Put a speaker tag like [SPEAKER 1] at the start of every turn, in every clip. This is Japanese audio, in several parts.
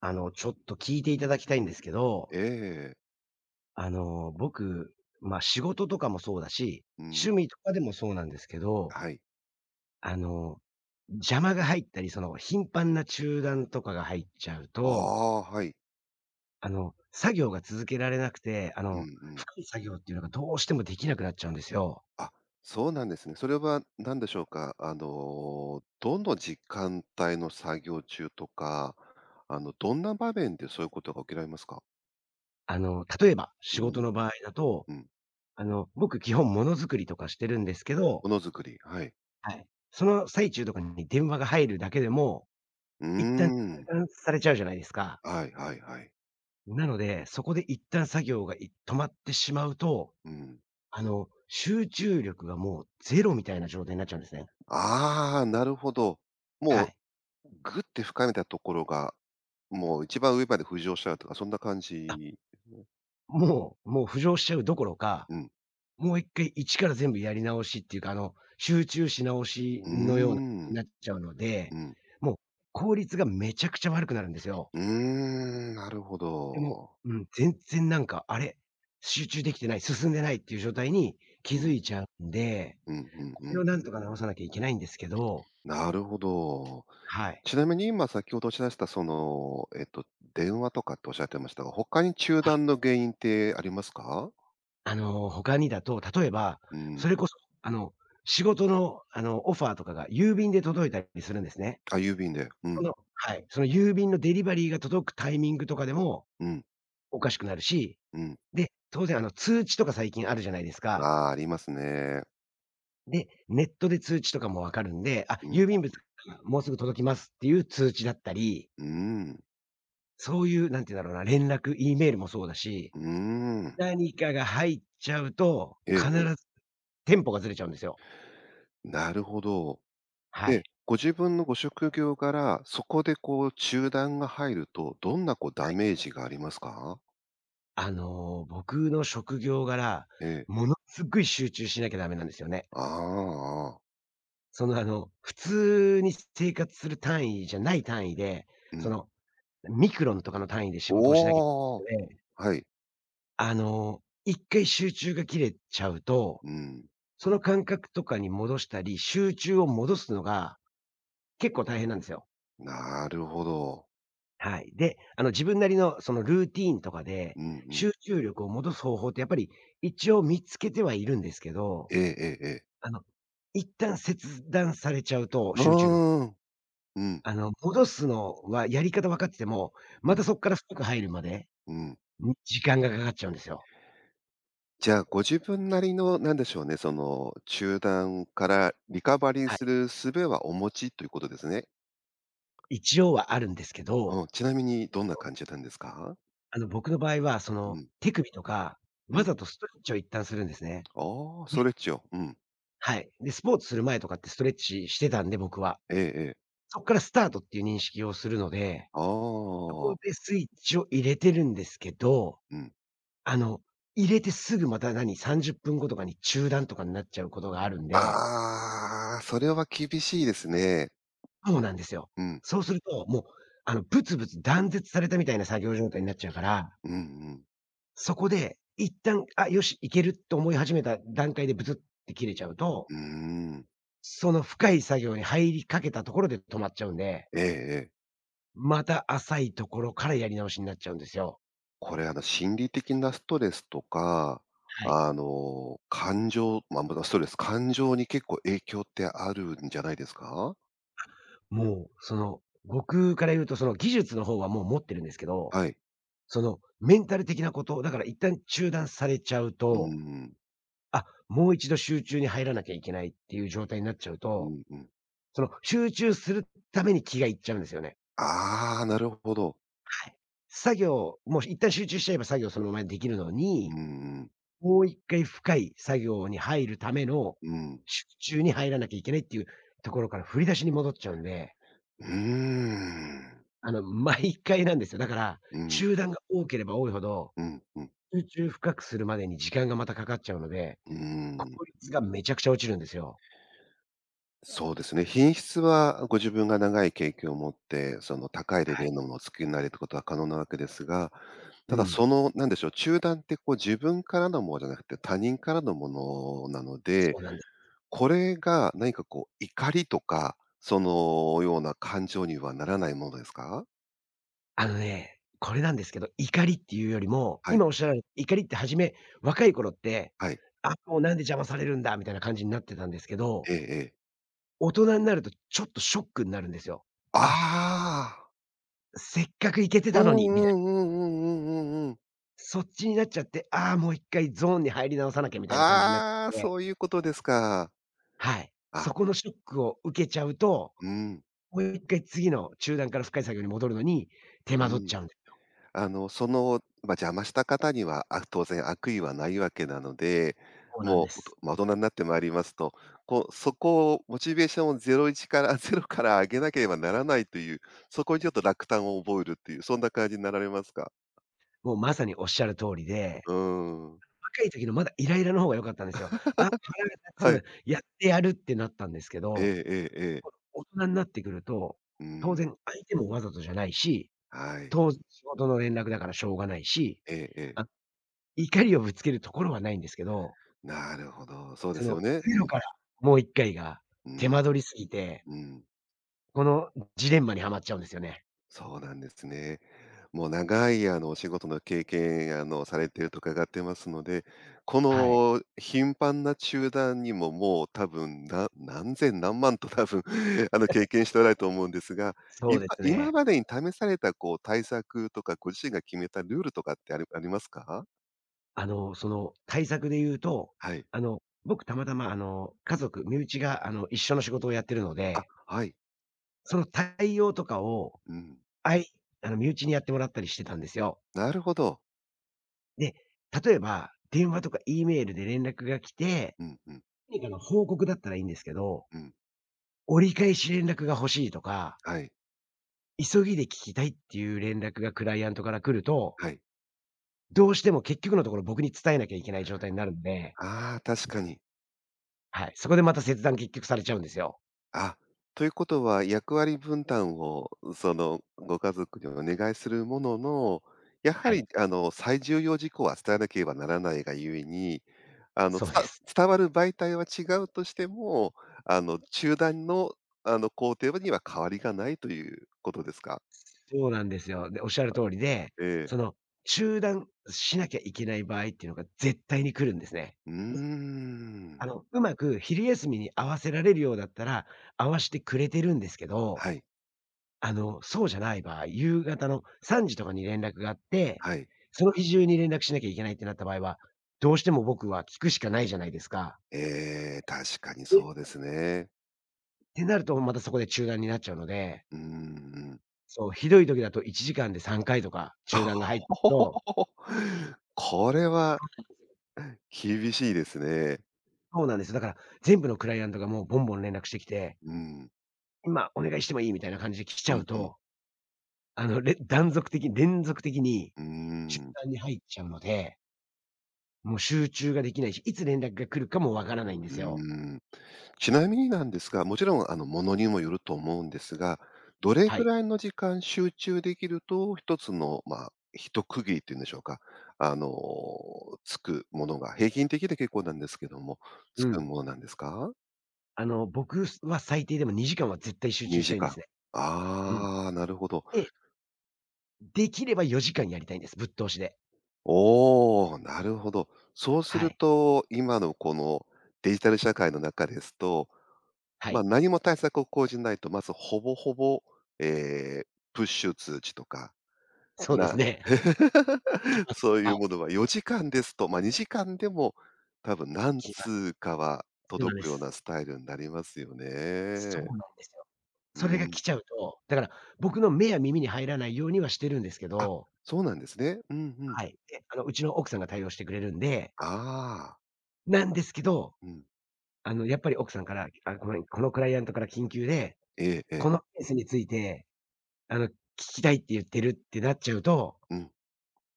[SPEAKER 1] ちょっと聞いていただきたいんですけ
[SPEAKER 2] え
[SPEAKER 1] ど、
[SPEAKER 2] え、
[SPEAKER 1] 僕、まあ、仕事とかもそうだし、
[SPEAKER 2] うん、
[SPEAKER 1] 趣味とかでもそうなんですけど、
[SPEAKER 2] はい。
[SPEAKER 1] あの、邪魔が入ったり、頻繁な中断とかが入っちゃう
[SPEAKER 2] あ
[SPEAKER 1] と、
[SPEAKER 2] あ、はい。
[SPEAKER 1] 作業が続けられなくて、
[SPEAKER 2] うんうん。
[SPEAKER 1] 深い作業っていうのがどうしてもできなくなっちゃうんですよ。
[SPEAKER 2] あ、そうなんですね。それは何でしょうか。どの時間帯の作業中とか、どんな場面でそういうことが起きられますか？
[SPEAKER 1] 例えば、
[SPEAKER 2] う
[SPEAKER 1] 仕事
[SPEAKER 2] ん、
[SPEAKER 1] の場合だと、
[SPEAKER 2] うん。
[SPEAKER 1] 僕基本ものづくりとかしてるんですけど、
[SPEAKER 2] ものづくり、はい。
[SPEAKER 1] はい。その最中とかに電話が入るだけでも、
[SPEAKER 2] うー
[SPEAKER 1] 一旦中
[SPEAKER 2] ん。
[SPEAKER 1] 断されちゃうじゃないですか。
[SPEAKER 2] はいはいはい。
[SPEAKER 1] なので、そこで一旦作業がい止まってしまうと、
[SPEAKER 2] うん。
[SPEAKER 1] 集中力がもうゼロみたいな状態になっちゃうんですね。
[SPEAKER 2] ああ、なるほど。
[SPEAKER 1] は
[SPEAKER 2] もう、
[SPEAKER 1] い。
[SPEAKER 2] ぐって深めたところが、もう一番上まで浮上しちゃうとか、そんな感
[SPEAKER 1] あ、
[SPEAKER 2] じですね。
[SPEAKER 1] もう浮上しちゃうどころか、
[SPEAKER 2] うん。
[SPEAKER 1] もう一回一から全部やり直しっていうか、集中し直し
[SPEAKER 2] うー
[SPEAKER 1] のようなに
[SPEAKER 2] ん。
[SPEAKER 1] なっちゃうの
[SPEAKER 2] う
[SPEAKER 1] で、
[SPEAKER 2] ん。
[SPEAKER 1] もう効率がめちゃくちゃ悪くなるんですよ。
[SPEAKER 2] うーん、なるほ
[SPEAKER 1] でも、
[SPEAKER 2] ど。
[SPEAKER 1] うん、全然なんか、あれ、集中できてない、進んでないっていう状態に気
[SPEAKER 2] う
[SPEAKER 1] づ
[SPEAKER 2] ん、
[SPEAKER 1] いちゃうんで、
[SPEAKER 2] うん、うん、
[SPEAKER 1] こ
[SPEAKER 2] う
[SPEAKER 1] れ
[SPEAKER 2] ん。
[SPEAKER 1] をなんとか直さなきゃいけないんですけど、
[SPEAKER 2] なるほど。
[SPEAKER 1] はい。
[SPEAKER 2] ちなみに今先ほどおっしゃられたその、電話とかっておっしゃってましたが、他に中
[SPEAKER 1] はい。
[SPEAKER 2] 断の原因ってありますか？
[SPEAKER 1] 他にだと、例えば、
[SPEAKER 2] うん。
[SPEAKER 1] それこそ、あの、仕事の、オファーとかが郵便で届いたりするんですね。
[SPEAKER 2] あ、郵便で。う
[SPEAKER 1] そ
[SPEAKER 2] ん、
[SPEAKER 1] のはい、その郵便のデリバリーが届くタイミングとかでも
[SPEAKER 2] うん、
[SPEAKER 1] おかしくなるし、
[SPEAKER 2] うん。
[SPEAKER 1] で、当然あの、通知とか最近あるじゃないです
[SPEAKER 2] あ
[SPEAKER 1] か。
[SPEAKER 2] あ、ありますね。
[SPEAKER 1] で、ネットで通知とかもわかるんで、あ、
[SPEAKER 2] うん、
[SPEAKER 1] 郵便物がもうすぐ届きますっていう通知だったり、
[SPEAKER 2] うん、
[SPEAKER 1] そういう、なんて言うんだろうな、連絡、E メールもそうだし
[SPEAKER 2] うーん。
[SPEAKER 1] 何かが入っちゃうと、必
[SPEAKER 2] ええ、
[SPEAKER 1] ずテンポがずれちゃうんですよ。
[SPEAKER 2] なるほど。
[SPEAKER 1] はい。
[SPEAKER 2] で、ご自分のご職業からそこでこう中断が入ると、どんなこうダメージがありますか？
[SPEAKER 1] 僕の職業柄、
[SPEAKER 2] ええ。
[SPEAKER 1] ものすっごい集中しなきゃダメなんですよね。
[SPEAKER 2] ああ、ああ。
[SPEAKER 1] その、普通に生活する単位じゃない単位で、
[SPEAKER 2] う
[SPEAKER 1] そ
[SPEAKER 2] ん。
[SPEAKER 1] の、ミクロンとかの単位で仕事をしなきゃい
[SPEAKER 2] お
[SPEAKER 1] け
[SPEAKER 2] お。
[SPEAKER 1] ないので、
[SPEAKER 2] はい。
[SPEAKER 1] 一回集中が切れちゃうと、
[SPEAKER 2] うん。
[SPEAKER 1] その感覚とかに戻したり、集中を戻すのが結構大変なんですよ。
[SPEAKER 2] なるほど。
[SPEAKER 1] はい。で、自分なりのそのルーティーンとかで、
[SPEAKER 2] うんうん。
[SPEAKER 1] 集中力を戻す方法ってやっぱり一応見つけてはいるんですけど、
[SPEAKER 2] ええええええ。
[SPEAKER 1] あの、一旦切断されちゃうと、
[SPEAKER 2] う
[SPEAKER 1] 集中力。
[SPEAKER 2] ーん。うん、
[SPEAKER 1] 戻すのはやり方分かってても、
[SPEAKER 2] う
[SPEAKER 1] ま
[SPEAKER 2] ん、
[SPEAKER 1] たそこから深く入るまで、
[SPEAKER 2] うん。
[SPEAKER 1] ん時間がかかっちゃうんですよ。
[SPEAKER 2] じゃあ、ご自分なりのなんでしょうね、その、中断からリカバリー
[SPEAKER 1] は
[SPEAKER 2] す
[SPEAKER 1] い。
[SPEAKER 2] る術はお持ちということですね。
[SPEAKER 1] 一応はあるんですけど、
[SPEAKER 2] うん、ちなみにどんな感じなんですか？
[SPEAKER 1] 僕の場合はそ
[SPEAKER 2] う
[SPEAKER 1] の、
[SPEAKER 2] ん、
[SPEAKER 1] 手首とか、
[SPEAKER 2] う
[SPEAKER 1] わ
[SPEAKER 2] ん。
[SPEAKER 1] ざとストレッチを一旦するんですね。
[SPEAKER 2] ああ、ス
[SPEAKER 1] で
[SPEAKER 2] トレッチを。うん。
[SPEAKER 1] はい。で、スポーツする前とかってストレッチしてたんで、僕は。
[SPEAKER 2] ええええ。
[SPEAKER 1] そっからスタートっていう認識をするので、
[SPEAKER 2] あ
[SPEAKER 1] そこ
[SPEAKER 2] あ。
[SPEAKER 1] でスイッチを入れてるんですけど、
[SPEAKER 2] うん。
[SPEAKER 1] あの、入れてすぐまた何、30分後とかに中断とかになっちゃうことがあるんで、
[SPEAKER 2] ああ、それは厳しいですね。
[SPEAKER 1] そうなんですよ。
[SPEAKER 2] うん。
[SPEAKER 1] そうすると、もう、ブツブツ断絶されたみたいな作業状態になっちゃうから、
[SPEAKER 2] うんうん。
[SPEAKER 1] そこで一旦、あ、よし、いけるって思い始めた段階でブツって切れちゃうと、
[SPEAKER 2] うーん。
[SPEAKER 1] その深い作業に入りかけたところで止まっちゃうんで、
[SPEAKER 2] ええええ。
[SPEAKER 1] また浅いところからやり直しになっちゃうんですよ。
[SPEAKER 2] これ、心理的なストレスとか、
[SPEAKER 1] はい。
[SPEAKER 2] 感情、まあ、またストレス、感情に結構影響ってあるんじゃないですか？
[SPEAKER 1] もう、その、僕から言うと、その技術の方はもう持ってるんですけど、
[SPEAKER 2] はい。
[SPEAKER 1] そのメンタル的なこと、だから一旦中断されちゃう
[SPEAKER 2] うー
[SPEAKER 1] と、
[SPEAKER 2] ん。
[SPEAKER 1] あ、もう一度集中に入らなきゃいけないっていう状態になっちゃう
[SPEAKER 2] う
[SPEAKER 1] と、
[SPEAKER 2] んうん。
[SPEAKER 1] その集中するために気がいっちゃうんですよね。
[SPEAKER 2] ああ、なるほど。
[SPEAKER 1] はい。作業、もう一旦集中しちゃえば作業そのままできるの
[SPEAKER 2] うん
[SPEAKER 1] に、
[SPEAKER 2] うん。
[SPEAKER 1] もう一回深い作業に入るための
[SPEAKER 2] うん。
[SPEAKER 1] 集中に入らなきゃいけないっていうところから振り出しに戻っちゃうんで、
[SPEAKER 2] うーん。
[SPEAKER 1] 毎回なんですよ。だから、
[SPEAKER 2] うん、
[SPEAKER 1] 中断が多ければ多いほど、
[SPEAKER 2] うん、うん。
[SPEAKER 1] 集中深くするまでに時間がまたかかっちゃうので、
[SPEAKER 2] うー
[SPEAKER 1] 効
[SPEAKER 2] ん。
[SPEAKER 1] 率がめちゃくちゃ落ちるんですよ。
[SPEAKER 2] そうですね。品質はご自分が長い経験を持って、その高いレ
[SPEAKER 1] は
[SPEAKER 2] ベル
[SPEAKER 1] い。
[SPEAKER 2] のものを作りになれることは可能なわけですが、た
[SPEAKER 1] う
[SPEAKER 2] だ
[SPEAKER 1] ん。
[SPEAKER 2] その、なんでしょう、中断ってこう自分からのものじゃなくて他人からのものなので、
[SPEAKER 1] そうなんです。
[SPEAKER 2] これが何かこう怒りとか、そのような感情にはならないものですか？
[SPEAKER 1] あのね、これなんですけど、怒りっていうよりも、
[SPEAKER 2] はい、
[SPEAKER 1] 今おっしゃられ怒りって初め、若い頃って、
[SPEAKER 2] はい。
[SPEAKER 1] あ、もうなんで邪魔されるんだみたいな感じになってたんですけ
[SPEAKER 2] え
[SPEAKER 1] ど、
[SPEAKER 2] えええ。
[SPEAKER 1] 大人になるとちょっとショックになるんですよ。あ、
[SPEAKER 2] ああ。
[SPEAKER 1] せっかく行けて
[SPEAKER 2] う
[SPEAKER 1] た
[SPEAKER 2] んう
[SPEAKER 1] の
[SPEAKER 2] んうん
[SPEAKER 1] に
[SPEAKER 2] う
[SPEAKER 1] みたいな。
[SPEAKER 2] んうんうんうんうん。
[SPEAKER 1] そっちになっちゃって、ああ、もう一回ゾーンに入り直さなきゃみたいな感じになっ
[SPEAKER 2] ああ、
[SPEAKER 1] て、
[SPEAKER 2] そういうことですか。
[SPEAKER 1] はい。
[SPEAKER 2] あ、
[SPEAKER 1] そこのショックを受けちゃうと、
[SPEAKER 2] うん、
[SPEAKER 1] もう一回次の中段から深い作業に戻るのに手
[SPEAKER 2] う
[SPEAKER 1] 間取っちゃ
[SPEAKER 2] ん。
[SPEAKER 1] うんです。
[SPEAKER 2] あの、その、まあ、邪魔した方には、あ、当然悪意はないわけなので、
[SPEAKER 1] そうなん
[SPEAKER 2] も
[SPEAKER 1] で
[SPEAKER 2] う、おと
[SPEAKER 1] す。
[SPEAKER 2] まあ、大人になってまいりますと、こう、そこをモチベーションを01から ゼロから上げなければならないという、そこにちょっと落胆を覚えるっていう、そんな感じになられますか？
[SPEAKER 1] もうまさにおっしゃる通りで、
[SPEAKER 2] うーん。
[SPEAKER 1] 若い時のまだイライラの方が良かったんですよ。あ、腹が
[SPEAKER 2] はい。
[SPEAKER 1] 立つ、やってやるってなったんですけ
[SPEAKER 2] ええ
[SPEAKER 1] ど、
[SPEAKER 2] ええええ。
[SPEAKER 1] 大人になってくると、
[SPEAKER 2] う
[SPEAKER 1] 当
[SPEAKER 2] ん。
[SPEAKER 1] 然相手もわざとじゃないし、
[SPEAKER 2] はい。
[SPEAKER 1] 当仕事の連絡だからしょうがないし、
[SPEAKER 2] ええええ。
[SPEAKER 1] あ、怒りをぶつけるところはないんですけど、
[SPEAKER 2] なるほど、そうで
[SPEAKER 1] そ
[SPEAKER 2] す
[SPEAKER 1] の
[SPEAKER 2] よね。
[SPEAKER 1] ゼ
[SPEAKER 2] う
[SPEAKER 1] ロ
[SPEAKER 2] ん、
[SPEAKER 1] からもう一回が
[SPEAKER 2] う
[SPEAKER 1] 手
[SPEAKER 2] ん、
[SPEAKER 1] 間取りすぎて
[SPEAKER 2] うん。
[SPEAKER 1] このジレンマにはまっちゃうんですよね。
[SPEAKER 2] そうなんですね。もう長いあのお仕事の経験あのされていると伺ってますので、こ
[SPEAKER 1] はい。
[SPEAKER 2] の頻繁な中断にももう多分な何千何万と多分 あの経験しておられると思うんですが、
[SPEAKER 1] そ
[SPEAKER 2] 今
[SPEAKER 1] うです
[SPEAKER 2] 今
[SPEAKER 1] ね。
[SPEAKER 2] までに試されたこう対策とか、ご自身が決めたルールとかってありありますか？
[SPEAKER 1] その、対策で言うと、
[SPEAKER 2] はい。
[SPEAKER 1] 僕たまたま、家族、身内が、一緒の仕事をやってるの
[SPEAKER 2] あ、
[SPEAKER 1] で、
[SPEAKER 2] はい。
[SPEAKER 1] その対応とかを、
[SPEAKER 2] うん。
[SPEAKER 1] あい身内にやってもらったりしてたんですよ。
[SPEAKER 2] なるほど。
[SPEAKER 1] で、例えば、電話とか E メールで連絡が来て、
[SPEAKER 2] うんうん
[SPEAKER 1] 何かの報告だったらいいんですけど、
[SPEAKER 2] うん。
[SPEAKER 1] 折り返し連絡が欲しいとか、
[SPEAKER 2] はい。
[SPEAKER 1] 急ぎで聞きたいっていう連絡がクライアントから来ると、
[SPEAKER 2] はい。
[SPEAKER 1] どうしても結局のところ僕に伝えなきゃいけない状態になるんで、
[SPEAKER 2] ああ、確かに。
[SPEAKER 1] はい、そこでまた切断結局されちゃうんですよ。
[SPEAKER 2] あ、ということは、役割分担を、その、ご家族にお願いするものの、やは
[SPEAKER 1] は
[SPEAKER 2] り、
[SPEAKER 1] い、
[SPEAKER 2] 最重要事項は伝えなければならないがゆえに、
[SPEAKER 1] そ
[SPEAKER 2] つ
[SPEAKER 1] うで
[SPEAKER 2] た
[SPEAKER 1] す。
[SPEAKER 2] 伝わる媒体は違うとしても、中断の、工程には変わりがないということですか？
[SPEAKER 1] そうなんですよ。で、おっしゃる通りで、
[SPEAKER 2] ええ。
[SPEAKER 1] その、中断しなきゃいけない場合っていうのが絶対に来るんですね。
[SPEAKER 2] うーん。
[SPEAKER 1] うまく昼休みに合わせられるようだったら、合わせてくれてるんですけど、
[SPEAKER 2] はい、
[SPEAKER 1] そうじゃない場合、夕方の3時とかに連絡があって、
[SPEAKER 2] はい。
[SPEAKER 1] その日中に連絡しなきゃいけないってなった場合は、どうしても僕は聞くしかないじゃないですか。
[SPEAKER 2] ええ、確かに
[SPEAKER 1] で、っ
[SPEAKER 2] そうですね。
[SPEAKER 1] てなるとまたそこで中断になっちゃうので、
[SPEAKER 2] ううん。
[SPEAKER 1] そう、ひどい時だと1時間で3回とか中断が入ると、
[SPEAKER 2] これは厳しいですね。
[SPEAKER 1] そうなんですよ。だから、全部のクライアントがもうボンボン連絡してきて、
[SPEAKER 2] うん。
[SPEAKER 1] 今お願いしてもいいみたいな感じで来
[SPEAKER 2] う
[SPEAKER 1] ちゃ
[SPEAKER 2] ん
[SPEAKER 1] う
[SPEAKER 2] うん。
[SPEAKER 1] と、れ断続的に連続的に
[SPEAKER 2] うー
[SPEAKER 1] 中
[SPEAKER 2] ん。
[SPEAKER 1] 断に入っちゃうので、もう集中ができないし、いつ連絡が来るかもわからないんで
[SPEAKER 2] うー
[SPEAKER 1] すよ。
[SPEAKER 2] ん。ちなみになんですが、もちろんあの、ものにもよると思うんですが、どれ
[SPEAKER 1] は
[SPEAKER 2] く
[SPEAKER 1] い。
[SPEAKER 2] らいの時間集中できると、一つの、まあ、一区切りっていうんでしょうか、あの、つくものが、平均的で結構なんですけども、つ
[SPEAKER 1] う
[SPEAKER 2] く
[SPEAKER 1] ん。
[SPEAKER 2] ものなんですか
[SPEAKER 1] 僕は最低でも2時間は絶対集
[SPEAKER 2] ？2
[SPEAKER 1] 中したいん
[SPEAKER 2] 時
[SPEAKER 1] で
[SPEAKER 2] 間。
[SPEAKER 1] すね。うん。
[SPEAKER 2] ああ、なるほど。
[SPEAKER 1] で、できれば4時間やりたいんです。ぶっ通しで。
[SPEAKER 2] おお、なるほど。そうす
[SPEAKER 1] は
[SPEAKER 2] る
[SPEAKER 1] い。
[SPEAKER 2] と、今のこのデジタル社会の中ですと、
[SPEAKER 1] は
[SPEAKER 2] まあ、
[SPEAKER 1] い。
[SPEAKER 2] 何も対策を講じないと、まずほぼほぼ、えープッシュ通知とか、
[SPEAKER 1] そうで
[SPEAKER 2] な
[SPEAKER 1] すね。来ま
[SPEAKER 2] そ
[SPEAKER 1] す。
[SPEAKER 2] うい
[SPEAKER 1] は
[SPEAKER 2] うも
[SPEAKER 1] い、
[SPEAKER 2] のは4時間ですと、まあ、2時間でも多分何
[SPEAKER 1] 来ます。
[SPEAKER 2] 通かは
[SPEAKER 1] そうなん
[SPEAKER 2] 届
[SPEAKER 1] で
[SPEAKER 2] くよう
[SPEAKER 1] す。
[SPEAKER 2] なスタイルになりますよ
[SPEAKER 1] そう
[SPEAKER 2] ね。
[SPEAKER 1] なんですよ。
[SPEAKER 2] う
[SPEAKER 1] それが来
[SPEAKER 2] ん。
[SPEAKER 1] ちゃうと、だから僕の目や耳に入らないようにはしてるんですけ
[SPEAKER 2] あ、
[SPEAKER 1] ど、
[SPEAKER 2] そうなんですね。うんうん。
[SPEAKER 1] はい。で、うちの奥さんが対応してくれるんで、
[SPEAKER 2] ああ、
[SPEAKER 1] なんですけど、
[SPEAKER 2] うん。
[SPEAKER 1] やっぱり奥さんから、あ、ごめん、このクライアントから緊急で、
[SPEAKER 2] えええ
[SPEAKER 1] このケ
[SPEAKER 2] え。
[SPEAKER 1] ースについて、聞きたいって言ってるってなっちゃうと、
[SPEAKER 2] うん。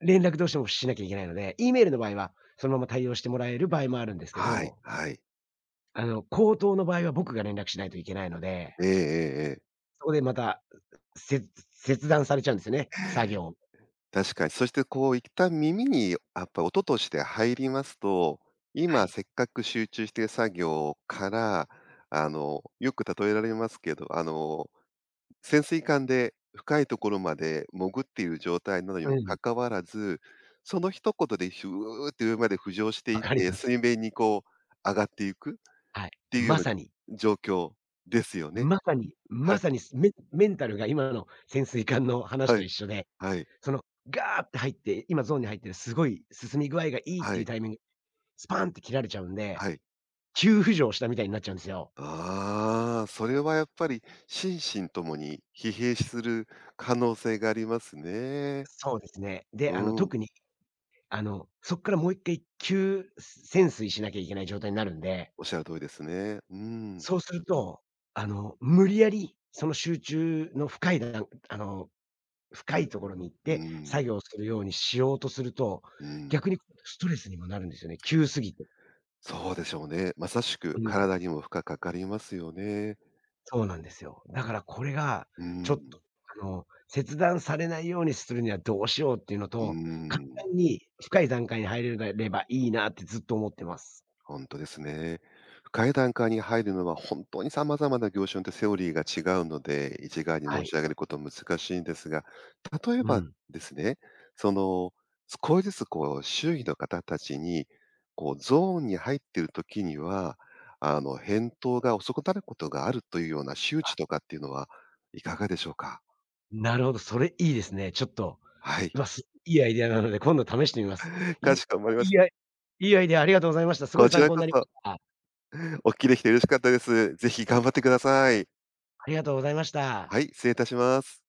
[SPEAKER 1] 連絡どうしてもしなきゃいけないので、E メールの場合は、そのまま対応してもらえる場合もあるんですけ
[SPEAKER 2] はい、
[SPEAKER 1] ど、
[SPEAKER 2] はい。
[SPEAKER 1] 口頭の場合は僕が連絡しないといけないので、
[SPEAKER 2] ええええええ。
[SPEAKER 1] そこでまた、せ切断されちゃうんですよね、作業。
[SPEAKER 2] 確かに。そしてこう一旦耳にやっぱ音として入りますと、
[SPEAKER 1] は
[SPEAKER 2] 今
[SPEAKER 1] い。
[SPEAKER 2] せっかく集中している作業から、よく例えられますけど、潜水艦で深いところまで潜っている状態なのに
[SPEAKER 1] う
[SPEAKER 2] も
[SPEAKER 1] ん。
[SPEAKER 2] かかわらず、その一言でヒューって上まで浮上して
[SPEAKER 1] わ
[SPEAKER 2] いっ
[SPEAKER 1] かり
[SPEAKER 2] て、
[SPEAKER 1] ます。
[SPEAKER 2] 水面にこう上がっていくっ
[SPEAKER 1] はい。
[SPEAKER 2] ていうよう
[SPEAKER 1] ま
[SPEAKER 2] な
[SPEAKER 1] さに、
[SPEAKER 2] 状況ですよね。
[SPEAKER 1] まさに、
[SPEAKER 2] は
[SPEAKER 1] ま
[SPEAKER 2] い、
[SPEAKER 1] さに、すメメンタルが今の潜水艦の話
[SPEAKER 2] は
[SPEAKER 1] と
[SPEAKER 2] い、
[SPEAKER 1] 一緒で、
[SPEAKER 2] はい、
[SPEAKER 1] その、ガーって入って、今ゾーンに入ってるすごい進み具合がいいっ
[SPEAKER 2] は
[SPEAKER 1] ていう
[SPEAKER 2] い、
[SPEAKER 1] タイミング、スパンって切られちゃうんで、
[SPEAKER 2] はい。
[SPEAKER 1] 急浮上したみたいになっちゃうんですよ。
[SPEAKER 2] ああ、それはやっぱり心身ともに疲弊する可能性がありますね。
[SPEAKER 1] そうですね。で、
[SPEAKER 2] うん、
[SPEAKER 1] 特に、そっからもう一回急潜水しなきゃいけない状態になるんで、
[SPEAKER 2] おっしゃる通りですね。うん、
[SPEAKER 1] そうすると、無理やりその集中の深い深いところに行っ
[SPEAKER 2] う
[SPEAKER 1] て、作
[SPEAKER 2] ん、
[SPEAKER 1] 業するようにしようとすると、
[SPEAKER 2] うん。
[SPEAKER 1] 逆にストレスにもなるんですよね、急すぎて。
[SPEAKER 2] そうでしょうね。まさしく
[SPEAKER 1] うん、
[SPEAKER 2] 体にも負荷かかりますよね。
[SPEAKER 1] そうなんですよ。だからこれが、
[SPEAKER 2] う
[SPEAKER 1] ちょっ
[SPEAKER 2] ん、
[SPEAKER 1] と、切断されないようにするにはどうしようっていうの
[SPEAKER 2] う
[SPEAKER 1] と、簡
[SPEAKER 2] ん。
[SPEAKER 1] 単に深い段階に入れればいいなってずっと思ってます。
[SPEAKER 2] 本当ですね。深い段階に入るのは本当に様々な業種によってセオリーが違うので、一概に
[SPEAKER 1] は
[SPEAKER 2] 申し
[SPEAKER 1] い。
[SPEAKER 2] 上げることは難しいんですが、例え
[SPEAKER 1] う
[SPEAKER 2] ば
[SPEAKER 1] ん。
[SPEAKER 2] ですね、その、少しずつこう周囲の方たちに、こうゾーンに入っている時には、返答が遅くなることがあるというような周知とかっていうのはいかがでしょうか？
[SPEAKER 1] なるほど、それいいですね。ちょっと、
[SPEAKER 2] はい、
[SPEAKER 1] うわ、すいいアイデアなので、今度試してみます。い
[SPEAKER 2] か
[SPEAKER 1] や、なん
[SPEAKER 2] し
[SPEAKER 1] か
[SPEAKER 2] こまりま
[SPEAKER 1] い
[SPEAKER 2] し
[SPEAKER 1] い
[SPEAKER 2] た。
[SPEAKER 1] アイいいアイデアありがとうございました。すご
[SPEAKER 2] こ
[SPEAKER 1] い
[SPEAKER 2] ち
[SPEAKER 1] 参
[SPEAKER 2] ら
[SPEAKER 1] 考に
[SPEAKER 2] こ
[SPEAKER 1] なり
[SPEAKER 2] そ
[SPEAKER 1] ました。
[SPEAKER 2] お聞きできて嬉しかったです。ぜひ頑張ってください。
[SPEAKER 1] ありがとうございました。
[SPEAKER 2] はい、失礼いたします。